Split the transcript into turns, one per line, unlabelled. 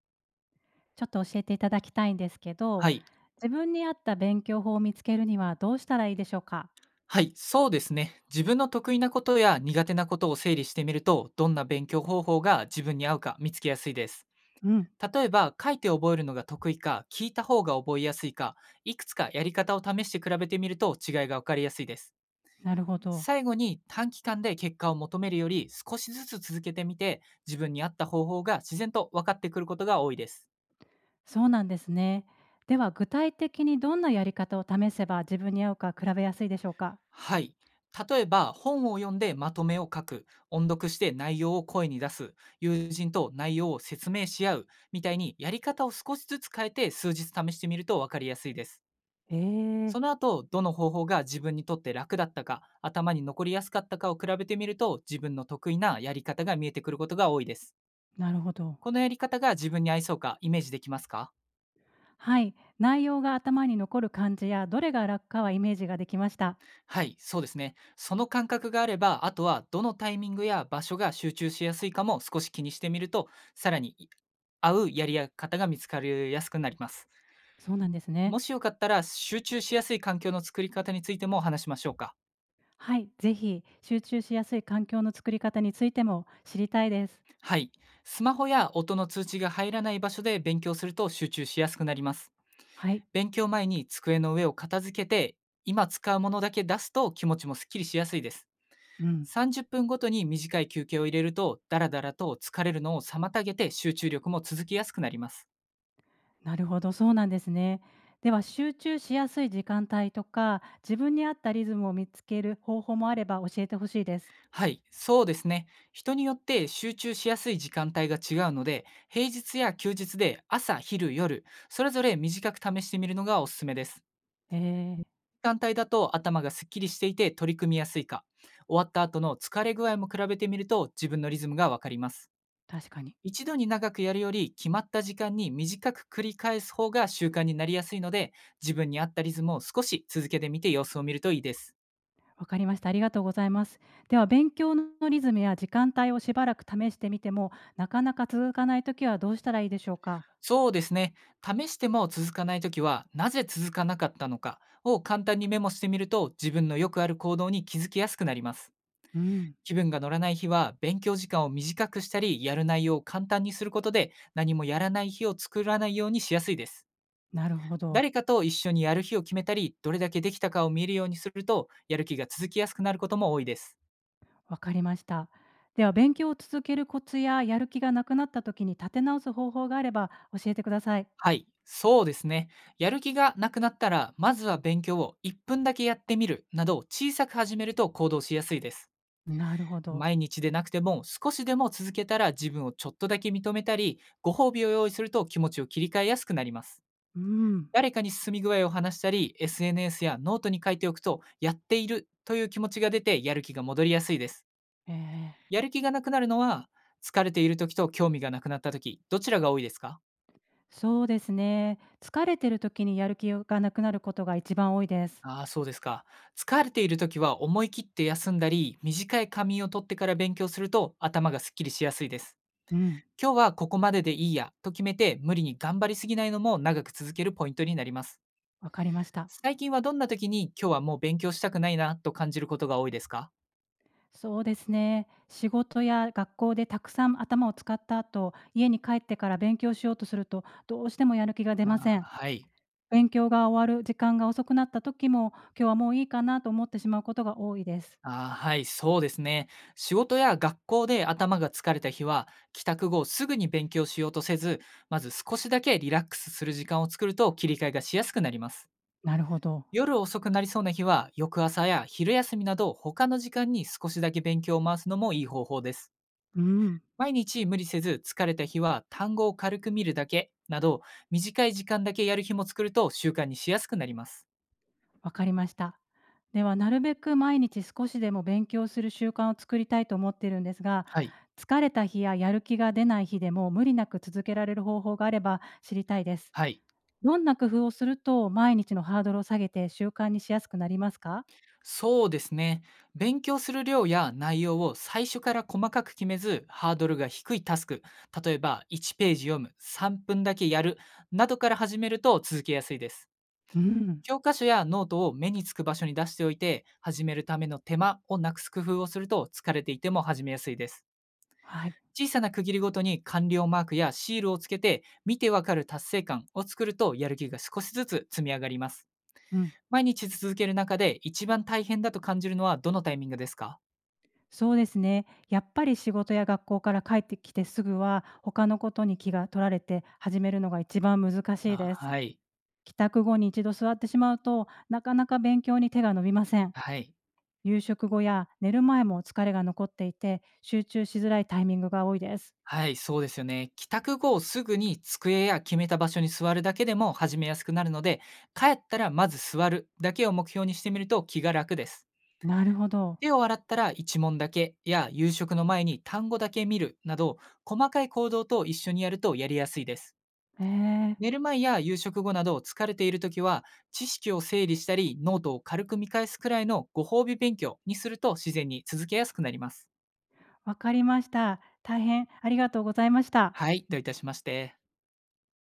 ちょっと教えていただきたいんですけ
は
ど、
い。
自分に合った勉強法を見つけるにはどうしたらいいでしょうか？
はい、そうですね。自分の得意なことや苦手なことを整理してみると、どんな勉強方法が自分に合うか見つけやすいです。
うん、
例えば、書いて覚えるのが得意か、聞いた方が覚えやすいか、いくつかやり方を試して比べてみると違いが分かりやすいです。
なるほど。
最後に短期間で結果を求めるより少しずつ続けてみて、自分に合った方法が自然と分かってくることが多いです。
そうなんですね。では具体的にどんなやり方を試せば自分に合うか比べやすいでしょうか？
はい。例えば本を読んでまとめを書く、音読して内容を声に出す、友人と内容を説明し合うみたいにやり方を少しずつ変えて数日試してみると分かりやすいです。
え
そ
え、
の後、どの方法が自分にとって楽だったか、頭に残りやすかったかを比べてみると自分の得意なやり方が見えてくることが多いです。
なるほど。
このやり方が自分に合いそうかイメージできますか？
はい、内容が頭に残る感じやどれが楽かはイメージができました。
はい、そうですね。その感覚があれば、あとはどのタイミングや場所が集中しやすいかも少し気にしてみると、さらにい合うやり方が見つかりやすくなります。
そうな
う
んで
ん、
すね。
もしよかったら、集中しやすい環境の作り方についてもお話しましょうか。
はい、ぜひ集中しやすい環境の作り方についても知りたいです。
はい。スマホや音の通知が入らない場所で勉強すると集中しやすくなります。
はい、
勉強前に机の上を片付けて、今使うものだけ出すと気持ちもすっきりしやすいです。
うん。
30分ごとに短い休憩を入れると、ダラダラと疲れるのを妨げて集中力も続きやすくなります。
なるほど、そうなんですね。では集中しやすい時間帯とか、自分に合ったリズムを見つける方法もあれば教えてほしいです。
はい、そうですね。人によって集中しやすい時間帯が違うので、平日や休日で朝、昼、夜、それぞれ短く試してみるのがおすすめです。
えー、
時間帯だと頭がすっきりしていて取り組みやすいか、終わった後の疲れ具合も比べてみると自分のリズムがわかります。
確かに。
一度に長くやるより、決まった時間に短く繰り返す方が習慣になりやすいので、自分に合ったリズムを少し続けてみて様子を見るといいです。
わかりました。ありがとうございます。では勉強のリズムや時間帯をしばらく試してみても、なかなか続かないときはどうしたらいいでしょうか？
そうですね。試しても続かないときは、なぜ続かなかったのかを簡単にメモしてみると、自分のよくある行動に気づきやすくなります。
うん、
気分が乗らない日は、勉強時間を短くしたり、やる内容を簡単にすることで、何もやらない日を作らないようにしやすいです。
なるほど。
誰かと一緒にやる日を決めたり、どれだけできたかを見るようにすると、やる気が続きやすくなることも多いです。
わかりました。では勉強を続けるコツや、やる気がなくなったときに立て直す方法があれば教えてください。
はい、そうですね。やる気がなくなったら、まずは勉強を1分だけやってみるなど、小さく始めると行動しやすいです。
なるほど。
毎日でなくても、少しでも続けたら自分をちょっとだけ認めたり、ご褒美を用意すると気持ちを切り替えやすくなります。
うん、
誰かに進み具合を話したり、SNS やノートに書いておくと、やっているという気持ちが出てやる気が戻りやすいです。
えー。
やる気がなくなるのは、疲れている時と興味がなくなった時、どちらが多いですか？
そうですね。疲れてる時にやる気がなくなることが一番多いです。
ああ、そうですか。疲れている時は思い切って休んだり、短い仮眠を取ってから勉強すると頭がすっきりしやすいです。
うん、
今日はここまででいいやと決めて、無理に頑張りすぎないのも長く続けるポイントになります。
わかりました。
最近はどんな時に、今日はもう勉強したくないなと感じることが多いですか？
そうですね。仕事や学校でたくさん頭を使った後、家に帰ってから勉強しようとすると、どうしてもやる気が出
あ
ま
あ、
せん。
はい。
勉強が終わる時間が遅くなった時も、今日はもういいかなと思ってしまうことが多いです。
ああ、はい、そうですね。仕事や学校で頭が疲れた日は、帰宅後すぐに勉強しようとせず、まず少しだけリラックスする時間を作ると切り替えがしやすくなります。
なるほど。
夜遅くなりそうな日は、翌朝や昼休みなど他の時間に少しだけ勉強を回すのもいい方法です。
うん。
毎日無理せず疲れた日は単語を軽く見るだけなど、短い時間だけやる日も作ると習慣にしやすくなります。
わかりました。では、なるべく毎日少しでも勉強する習慣を作りたいと思ってるんですが、
はい、
疲れた日ややる気が出ない日でも無理なく続けられる方法があれば知りたいです。
はい。
どんな工夫をすると毎日のハードルを下げて習慣にしやすくなりますか？
そうですね。勉強する量や内容を最初から細かく決めず、ハードルが低いタスク、例えば1ページ読む、3分だけやる、などから始めると続けやすいです。
うん、
教科書やノートを目につく場所に出しておいて、始めるための手間をなくす工夫をすると疲れていても始めやすいです。
はい、
小さな区切りごとに完了マークやシールをつけて、見てわかる達成感を作るとやる気が少しずつ積み上がります。
うん、
毎日続ける中で一番大変だと感じるのはどのタイミングですか？
そうですね。やっぱり仕事や学校から帰ってきてすぐは他のことに気が取られて始めるのが一番難しい
あ、
です。
はい。
帰宅後に一度座ってしまうとなかなか勉強に手が伸びません。
はい。
夕食後や寝る前も疲れが残っていて、集中しづらいタイミングが多いです。
はい、そうですよね。帰宅後すぐに机や決めた場所に座るだけでも始めやすくなるので、帰ったらまず座るだけを目標にしてみると気が楽です。
なるほど。
手を洗ったら一問だけや夕食の前に単語だけ見るなど、細かい行動と一緒にやるとやりやすいです。
ええ、
寝る前や夕食後など疲れているときは、知識を整理したり、ノートを軽く見返すくらいのご褒美勉強にすると自然に続けやすくなります。
わかりました。大変ありがとうございました。
はい、どういたしまして。